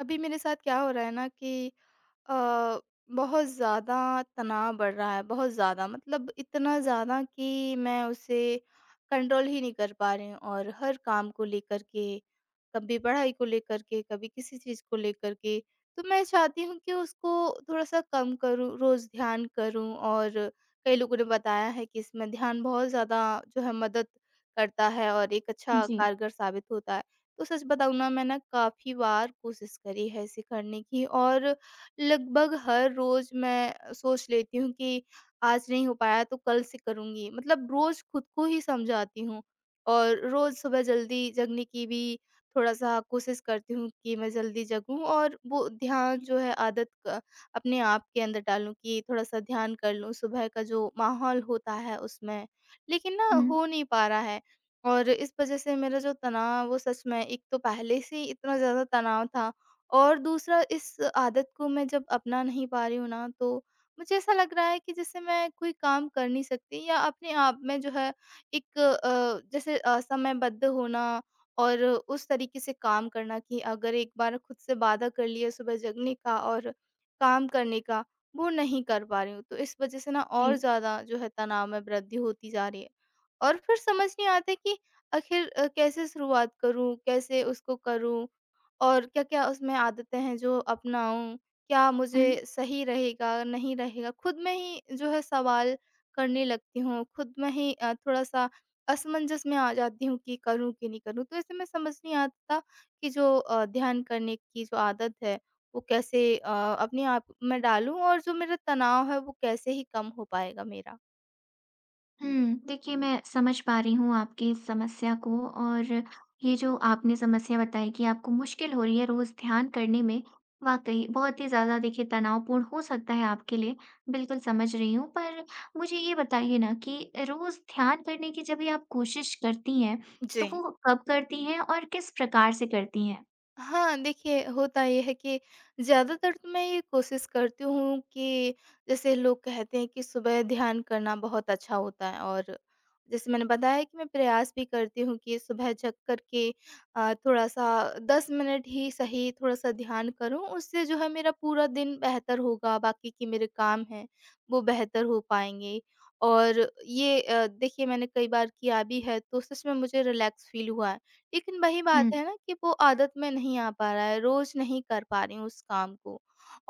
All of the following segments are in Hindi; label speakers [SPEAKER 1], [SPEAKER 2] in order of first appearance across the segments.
[SPEAKER 1] अभी मेरे साथ क्या हो रहा है ना कि अ, बहुत ज़्यादा तनाव बढ़ रहा है, बहुत ज़्यादा मतलब इतना ज़्यादा कि मैं उसे कंट्रोल ही नहीं कर पा रही हूँ और हर काम को लेकर के, कभी पढ़ाई को लेकर के, कभी किसी चीज़ को लेकर के। तो मैं चाहती हूँ कि उसको थोड़ा-सा कम करूँ, रोज़ ध्यान करूँ और कई लोगों ने बताया है कि इसमें ध्यान बहुत ज़्यादा जो है मदद करता है और एक अच्छा
[SPEAKER 2] जी।
[SPEAKER 1] कारगर साबित होता है। तो सच बताऊँ ना, मैं ना काफ़ी बार कोशिश करी है इसे करने की और लगभग हर रोज़ मैं सोच लेती हूँ कि आज नहीं हो पाया तो कल से करूँगी। मतलब रोज़ खुद को ही समझाती हूँ और रोज़ सुबह जल्दी जगने की भी थोड़ा-सा कोशिश करती हूँ कि मैं जल्दी जगूँ और वो ध्यान जो है आदत क अपने आप के अंदर डालूँ कि थोड़ा-सा ध्यान कर लूँ सुबह का जो माहौल होता है उसमें। लेकिन ना
[SPEAKER 2] हुँ,
[SPEAKER 1] हो नहीं पा रहा है और इस वज़ह से मेरा जो तनाव वो सच में, एक तो पहले से ही इतना ज़्यादा तनाव था और दूसरा इस आदत को मैं जब अपना नहीं पा रही हूँ ना, तो मुझे ऐसा लग रहा है कि जैसे मैं कोई काम कर नहीं सकती या अपने आप में जो है एक जैसे समयबद्ध होना और उस तरीके से काम करना कि अगर एक बार खुद से वादा कर लिया सुबह जगने का और काम करने का, वो नहीं कर पा रही हूँ। तो इस वज़ह से ना और
[SPEAKER 2] जी।
[SPEAKER 1] ज़्यादा जो है तनाव में वृद्धि होती जा रही है। और फिर समझ नहीं आता कि आखिर कैसे शुरुआत करूँ? कैसे उसको करूँ? और क्या-क्या उसमें आदतें हैं जो अपनाऊँ? क्या
[SPEAKER 2] हुँ,
[SPEAKER 1] मुझे सही रहेगा, नहीं रहेगा? खुद में ही जो है सवाल करने लगती हूँ, खुद में ही थोड़ा-सा असमंजस में आ जाती हूँ कि करूँ कि नहीं करूँ। तो ऐसे में समझ नहीं आता कि जो ध्यान करने की जो आदत है, वो कैसे अपने आप में डालूँ और जो मेरा तनाव है, वो कैसे ही कम हो पाएगा मेरा?
[SPEAKER 2] हुँ। देखिए, मैं समझ पा रही हूँ आपकी इस समस्या को और ये जो आपने समस्या बताई कि आपको मुश्किल हो रही है रोज़ ध्यान करने में, वाक़ई बहुत ही ज़्यादा देखिए तनावपूर्ण हो सकता है आपके लिए, बिल्कुल समझ रही हूँ। पर मुझे ये बताइए ना कि रोज़ ध्यान करने की जब भी आप कोशिश करती हैं,
[SPEAKER 1] जी।
[SPEAKER 2] तो वो कब करती हैं और किस प्रकार से करती हैं?
[SPEAKER 1] हाँ, देखिए होता ये है कि ज़्यादातर तो मैं ये कोशिश करती हूँ कि जैसे लोग कहते हैं कि सुबह ध्यान करना बहुत अच्छा होता है और जैसे मैंने बताया कि मैं प्रयास भी करती हूँ कि सुबह जग कर के थोड़ा-सा 10 मिनट ही सही, थोड़ा-सा ध्यान करूँ, उससे जो है मेरा पूरा दिन बेहतर होगा, बाकी के मेरे काम हैं वो बेहतर हो पाएँगे। और ये देखिए मैंने कई बार किया भी है, तो सच में मुझे रिलैक्स फील हुआ है। लेकिन वही
[SPEAKER 2] हुँ।
[SPEAKER 1] बात है ना कि वो आदत में नहीं आ पा रहा है, रोज़ नहीं कर पा रही हूँ उस काम को।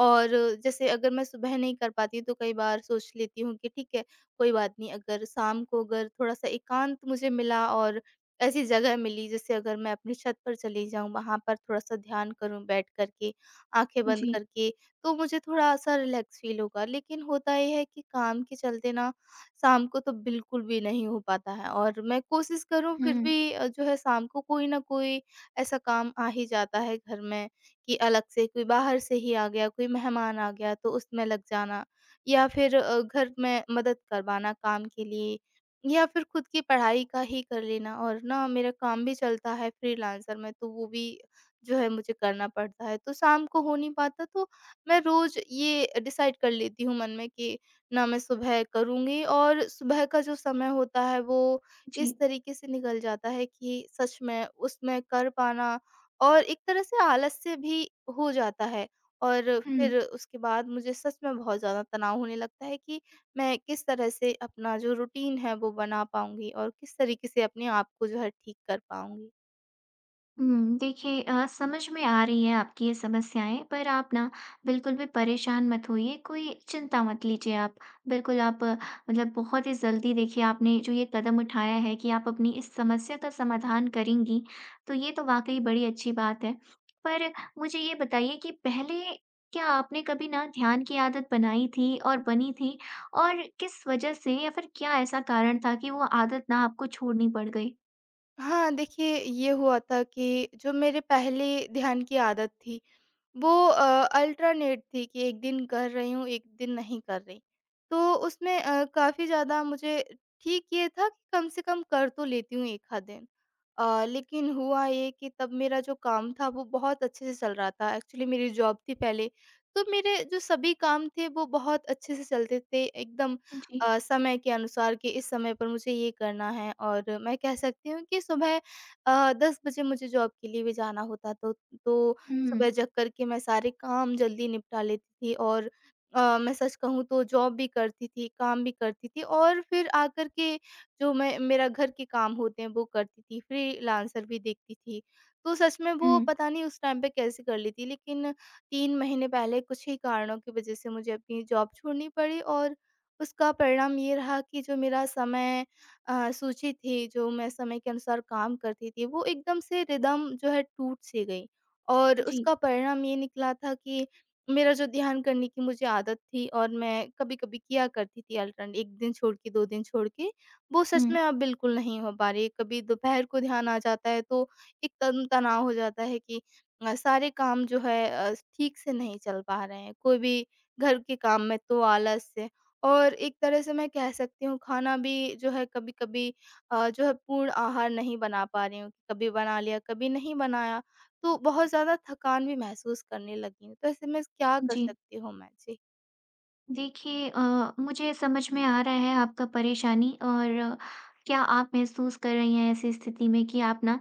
[SPEAKER 1] और जैसे अगर मैं सुबह नहीं कर पाती तो कई बार सोच लेती हूँ कि ठीक है, कोई बात नहीं, अगर शाम को अगर थोड़ा-सा एकांत मुझे मिला और ऐसी जगह मिली, जैसे अगर मैं अपनी छत पर चली जाऊँ, वहाँ पर थोड़ा-सा ध्यान करूँ बैठ कर के, आँखें बंद
[SPEAKER 2] जी।
[SPEAKER 1] करके, तो मुझे थोड़ा-सा रिलैक्स फ़ील होगा। लेकिन होता ये है कि काम के चलते ना शाम को तो बिल्कुल भी नहीं हो पाता है और मैं कोशिश करूँ फिर
[SPEAKER 2] हुँ,
[SPEAKER 1] भी जो है शाम को कोई ना कोई ऐसा काम आ ही जाता है घर में, कि अलग से कोई बाहर से ही आ गया, कोई मेहमान आ गया तो उसमें लग जाना या फिर घर में मदद करवाना काम के लिए, या फिर खुद की पढ़ाई का ही कर लेना, और ना मेरा काम भी चलता है फ्रीलांसर में तो वो भी जो है मुझे करना पड़ता है। तो शाम को हो नहीं पाता तो मैं रोज़ ये डिसाइड कर लेती हूँ मन में कि ना मैं सुबह करूँगी, और सुबह का जो समय होता है वो इस
[SPEAKER 2] जी।
[SPEAKER 1] तरीके से निकल जाता है कि सच में उसमें कर पाना और एक तरह से आलस्य भी हो जाता है, और
[SPEAKER 2] हुँ।
[SPEAKER 1] फिर उसके बाद मुझे सच में बहुत ज़्यादा तनाव होने लगता है कि मैं किस तरह से अपना जो रूटीन है वो बना पाऊँगी और किस तरीके से अपने आप को जो है ठीक कर पाऊँगी।
[SPEAKER 2] हुँ, देखिए समझ में आ रही है आपकी ये समस्याएँ, पर आप ना बिल्कुल भी परेशान मत होइए, कोई चिंता मत लीजिए आप। बिल्कुल आप मतलब बहुत ही जल्दी देखिए आपने जो ये कदम उठाया है कि आप अपनी इस समस्या का समाधान करेंगी, तो ये तो वाक़ई बड़ी अच्छी बात है। पर मुझे ये बताइए कि पहले क्या आपने कभी ना ध्यान की आदत बनाई थी और बनी थी? और किस वजह से या फिर क्या ऐसा कारण था कि वो आदत ना आपको छोड़नी पड़ गई?
[SPEAKER 1] हाँ, देखिए ये हुआ था कि जो मेरे पहले ध्यान की आदत थी वो अल्टरनेट थी, कि एक दिन कर रही हूँ, एक दिन नहीं कर रही। तो उसमें काफ़ी ज़्यादा मुझे ठीक ये था कि कम से कम कर तो लेती हूँ 1 आध दिन। लेकिन हुआ ये कि तब मेरा जो काम था वो बहुत अच्छे से चल रहा था। एक्चुअली मेरी जॉब थी पहले, तो मेरे जो सभी काम थे वो बहुत अच्छे से चलते थे एकदम
[SPEAKER 2] जी।
[SPEAKER 1] समय के अनुसार, कि इस समय पर मुझे ये करना है, और मैं कह सकती हूँ कि सुबह 10 बजे मुझे जॉब के लिए भी जाना होता तो
[SPEAKER 2] हुँ,
[SPEAKER 1] सुबह जग करके मैं सारे काम जल्दी निपटा लेती थी, और मैं सच कहूँ तो जॉब भी करती थी, काम भी करती थी और फिर आकर के जो मैं मेरा घर के काम होते हैं वो करती थी, फ्रीलांसर भी देखती थी। तो सच में वो
[SPEAKER 2] हुँ,
[SPEAKER 1] पता नहीं उस टाइम पे कैसे कर ली थी, लेकिन 3 महीने पहले कुछ ही कारणों की वजह से मुझे अपनी जॉब छोड़नी पड़ी और उसका परिणाम ये रहा कि जो मेरा समय सूची थी, जो मैं समय के अनुसार काम करती थी, वो एकदम से रिदम जो है टूट-सी गई। और
[SPEAKER 2] जी।
[SPEAKER 1] उसका परिणाम ये निकला था कि मेरा जो ध्यान करने की मुझे आदत थी, और मैं कभी-कभी किया करती थी, अल्टरन 1 दिन छोड़ के, 2 दिन छोड़ के, वो सच
[SPEAKER 2] हुँ,
[SPEAKER 1] में अब बिल्कुल नहीं हो पा रही है। कभी दोपहर को ध्यान आ जाता है तो एक तन तनाव हो जाता है कि सारे काम जो है ठीक से नहीं चल पा रहे हैं। कोई भी घर के काम में तो आलस से, और एक तरह से मैं कह सकती हूँ खाना भी जो है कभी-कभी जो है पूर्ण आहार नहीं बना पा रही हूँ। कभी बना लिया, कभी नहीं बनाया। तो बहुत ज़्यादा थकान भी महसूस करने लगी हूँ, तो ऐसे में क्या कर
[SPEAKER 2] जी।
[SPEAKER 1] सकती हूँ मैं? जी।
[SPEAKER 2] देखिए मुझे समझ में आ रहा है आपका परेशानी और क्या आप महसूस कर रही हैं ऐसी स्थिति में कि आप ना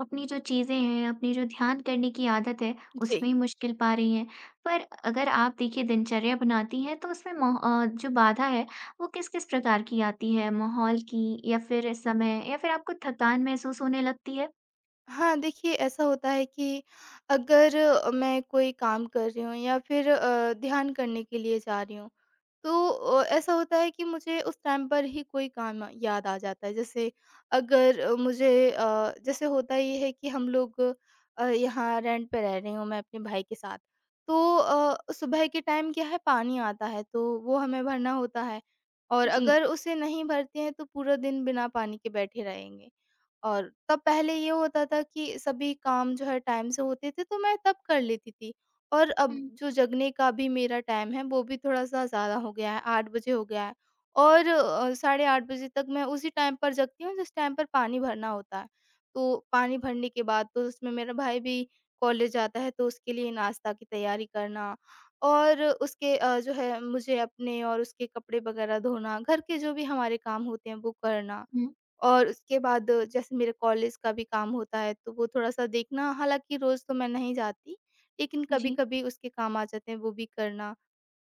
[SPEAKER 2] अपनी जो चीज़ें हैं, अपनी जो ध्यान करने की आदत है,
[SPEAKER 1] जी।
[SPEAKER 2] उसमें ही मुश्किल पा रही हैं। पर अगर आप देखिए दिनचर्या बनाती हैं तो उसमें मोह जो बाधा है वो किस-किस प्रकार की आती है? माहौल की या फिर समय या फिर आपको थकान महसूस होने लगती है?
[SPEAKER 1] हाँ, देखिए ऐसा होता है कि अगर मैं कोई काम कर रही हूँ या फिर ध्यान करने के लिए जा रही हूँ, तो ऐसा होता है कि मुझे उस टाइम पर ही कोई काम याद आ जाता है, जैसे अगर मुझे जैसे होता ये है कि हम लोग यहाँ रेंट पे रह रहे हूँ मैं अपने भाई के साथ, तो सुबह के टाइम क्या है, पानी आता है तो वो हमें भरना होता है, और
[SPEAKER 2] जी।
[SPEAKER 1] अगर उसे नहीं भरते हैं तो पूरा दिन बिना पानी के बैठे रहेंगे। और तब पहले ये होता था कि सभी काम जो है टाइम से होते थे, तो मैं तब कर लेती थी। और अब
[SPEAKER 2] हुँ,
[SPEAKER 1] जो जगने का भी मेरा टाइम है, वो भी थोड़ा-सा ज़्यादा हो गया है, 8 बजे हो गया है, और साढ़े 8 बजे तक मैं उसी टाइम पर जगती हूँ, जिस टाइम पर पानी भरना होता है। तो पानी भरने के बाद तो उसमें मेरा भाई भी कॉलेज जाता है, तो उसके लिए नाश्ता की तैयारी करना, और उसके जो है मुझे अपने और उसके कपड़े वगैरह धोना, घर के जो भी हमारे काम होते हैं, वो करना।
[SPEAKER 2] हुँ।
[SPEAKER 1] और उसके बाद जैसे मेरे कॉलेज का भी काम होता है तो वो थोड़ा-सा देखना, हालाँकि रोज़ तो मैं नहीं जाती, लेकिन
[SPEAKER 2] जी।
[SPEAKER 1] कभी-कभी उसके काम आ जाते हैं वो भी करना।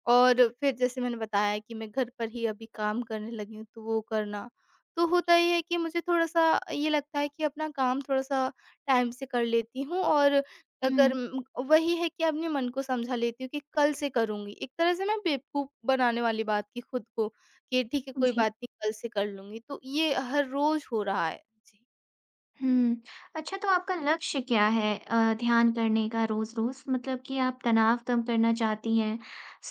[SPEAKER 1] और फिर जैसे मैंने बताया कि मैं घर पर ही अभी काम करने लगी हूँ तो वो करना। तो होता ये है कि मुझे थोड़ा-सा ये लगता है कि अपना काम थोड़ा-सा टाइम से कर लेती हूँ, और अगर वही है कि अपने मन को समझा लेती हूँ कि कल से करूँगी। एक तरह से मैं बेवकूफ़ बनाने वाली बात की खुद को, कि ठीक है
[SPEAKER 2] हुँ,
[SPEAKER 1] कोई
[SPEAKER 2] जी।
[SPEAKER 1] बात नहीं, कल से कर लूँगी, तो ये हर रोज़ हो रहा है। जी।
[SPEAKER 2] हुँ। अच्छा तो आपका लक्ष्य क्या है ध्यान करने का रोज़-रोज़? मतलब कि आप तनाव कम करना चाहती हैं,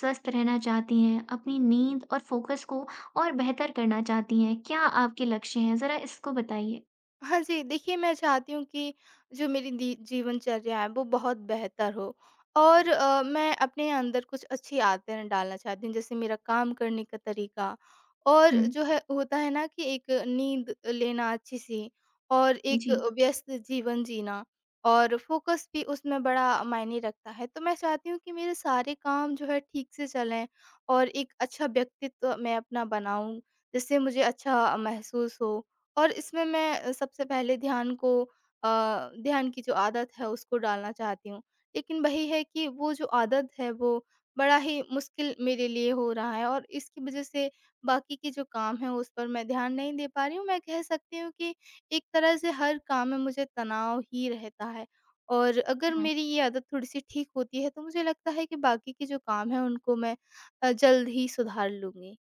[SPEAKER 2] स्वस्थ रहना चाहती हैं, अपनी नींद और फ़ोकस को और बेहतर करना चाहती हैं। क्या आपके लक्ष्य हैं? ज़रा इसको बताइए?
[SPEAKER 1] हाँ जी, देखिए मैं चाहती हूँ कि जो मेरी दी जीवनचर्या है वो बहुत बेहतर हो, और मैं अपने अंदर कुछ अच्छी आदतें डालना चाहती हूँ, जैसे मेरा काम करने का तरीका, और
[SPEAKER 2] हुँ,
[SPEAKER 1] जो है होता है ना कि एक नींद लेना अच्छी-सी और एक
[SPEAKER 2] जी।
[SPEAKER 1] व्यस्त जीवन जीना, और फ़ोकस भी उसमें बड़ा मायने रखता है। तो मैं चाहती हूँ कि मेरे सारे काम जो है ठीक से चलें, और एक अच्छा व्यक्तित्व मैं अपना बनाऊँ जिससे मुझे अच्छा महसूस हो, और इसमें मैं सबसे पहले अ, ध्यान की जो आदत है उसको डालना चाहती हूँ। लेकिन वही है कि वो जो आदत है वो बड़ा ही मुश्किल मेरे लिए हो रहा है, और इसकी वज़ह से बाकी के जो काम हैं उस पर मैं ध्यान नहीं दे पा रही हूँ। मैं कह सकती हूँ कि एक तरह से हर काम में मुझे तनाव ही रहता है, और अगर मेरी ये आदत थोड़ी-सी ठीक होती है तो मुझे लगता है कि बाकी के जो काम हैं उनको मैं जल्द ही सुधार लूँगी।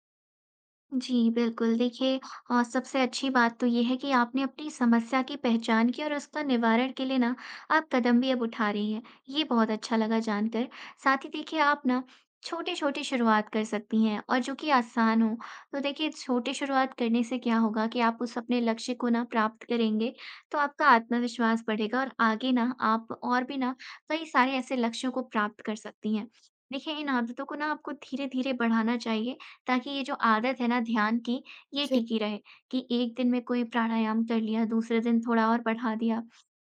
[SPEAKER 2] जी, बिल्कुल। देखिए सबसे अच्छी बात तो ये है कि आपने अपनी समस्या की पहचान की और उसका निवारण के लिए ना आप कदम भी अब उठा रही हैं। ये बहुत अच्छा लगा जानकर। साथ ही देखिए आप ना छोटी-छोटी शुरुआत कर सकती हैं और जो कि आसान हो। तो देखिए छोटी शुरुआत करने से क्या होगा कि आप उस अपने लक्ष्य को ना प्राप्त करेंगे, तो आपका आत्मविश्वास बढ़ेगा और आगे ना आप और भी ना कई सारे ऐसे लक्ष्यों को प्राप्त कर सकती हैं। देखिए इन आदतों को ना आपको धीरे-धीरे बढ़ाना चाहिए ताकि ये जो आदत है ना ध्यान की, ये
[SPEAKER 1] जी।
[SPEAKER 2] टिकी रहे कि एक दिन में कोई प्राणायाम कर लिया, दूसरे दिन थोड़ा और बढ़ा दिया।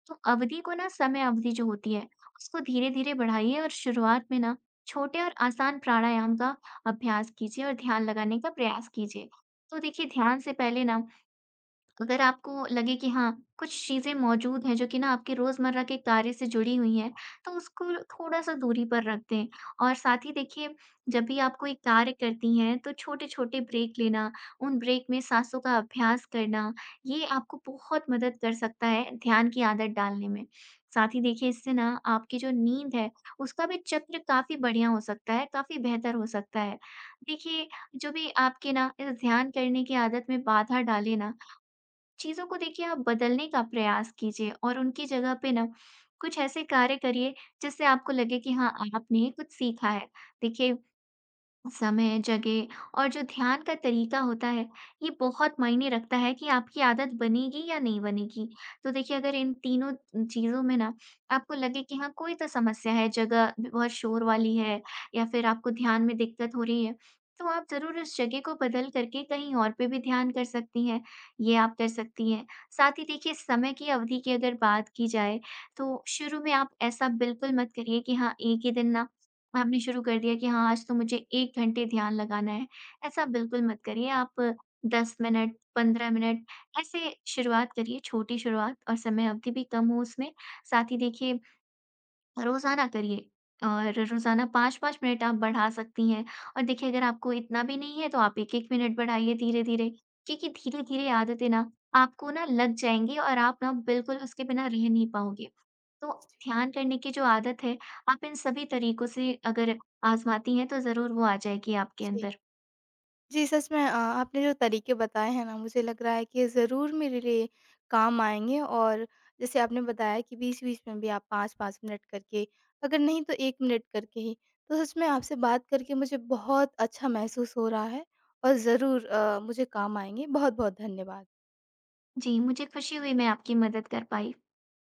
[SPEAKER 2] तो अवधि को ना समय अवधि जो होती है, उसको धीरे-धीरे बढ़ाइए और शुरुआत में ना छोटे और आसान प्राणायाम का अभ्यास कीजिए और ध्यान लगाने का प्रयास कीजिए। तो देखिए ध्यान से पहले ना अगर आपको लगे कि हाँ, कुछ चीज़ें मौजूद हैं जो कि ना आपके रोज़मर्रा के कार्य से जुड़ी हुई हैं, तो उसको थोड़ा-सा दूरी पर रख दें। और साथ ही देखिए, जब भी आप कोई कार्य करती हैं, तो छोटे-छोटे ब्रेक लेना, उन ब्रेक में साँसों का अभ्यास करना, ये आपको बहुत मदद कर सकता है ध्यान की आदत डालने में। साथ ही देखिए, इससे ना आपकी जो नींद है, उसका भी चक्र काफ़ी बढ़िया हो सकता है, काफ़ी बेहतर हो सकता है। देखिए, जो भी आपके ना इस ध्यान करने की आदत में बाधा डाले ना, चीज़ों को देखिए आप बदलने का प्रयास कीजिए और उनकी जगह पे ना कुछ ऐसे कार्य करिए जिससे आपको लगे कि हाँ आपने कुछ सीखा है। देखिए समय, जगह और जो ध्यान का तरीका होता है, ये बहुत मायने रखता है कि आपकी आदत बनेगी या नहीं बनेगी। तो देखिए अगर इन तीनों चीज़ों में ना आपको लगे कि हाँ, कोई तो समस्या है, जगह भी बहुत शोर वाली है या फिर आपको ध्यान में दिक्कत हो रही है, तो आप ज़रूर उस जगह को बदल करके कहीं और पे भी ध्यान कर सकती हैं, ये आप कर सकती हैं। साथ ही देखिए समय की अवधि की अगर बात की जाए, तो शुरू में आप ऐसा बिल्कुल मत करिए कि हाँ, एक ही दिन ना आपने शुरू कर दिया कि हाँ, आज तो मुझे 1 घंटे ध्यान लगाना है, ऐसा बिल्कुल मत करिए। आप 10 मिनट, 15 मिनट ऐसे शुरुआत करिए, छोटी शुरुआत और समय अवधि भी कम हो उसमें। साथ ही देखिए रोज़ाना करिए और रोज़ाना 5-5 मिनट आप बढ़ा सकती हैं और देखिए अगर आपको इतना भी नहीं है तो आप 1-1 मिनट बढ़ाइए धीरे-धीरे, क्योंकि धीरे-धीरे आदतें ना आपको ना लग जाएँगी और आप ना बिल्कुल उसके बिना रह नहीं पाओगे। तो
[SPEAKER 1] जी।
[SPEAKER 2] ध्यान करने की जो आदत है, आप इन सभी तरीकों से अगर आज़माती हैं, तो ज़रूर वो आ जाएगी आपके
[SPEAKER 1] जी।
[SPEAKER 2] अंदर।
[SPEAKER 1] जी, सच में आपने जो तरीके बताए हैं ना मुझे लग रहा है कि ज़रूर मेरे लिए काम आएँगे, और जैसे आपने बताया कि बीच-बीच में भी आप 5-5 मिनट करके, अगर नहीं तो 1 मिनट करके ही, तो सच में आपसे बात करके मुझे बहुत अच्छा महसूस हो रहा है और ज़रूर मुझे काम आएँगे। बहुत-बहुत धन्यवाद।
[SPEAKER 2] जी, मुझे खुशी हुई मैं आपकी मदद कर पाई।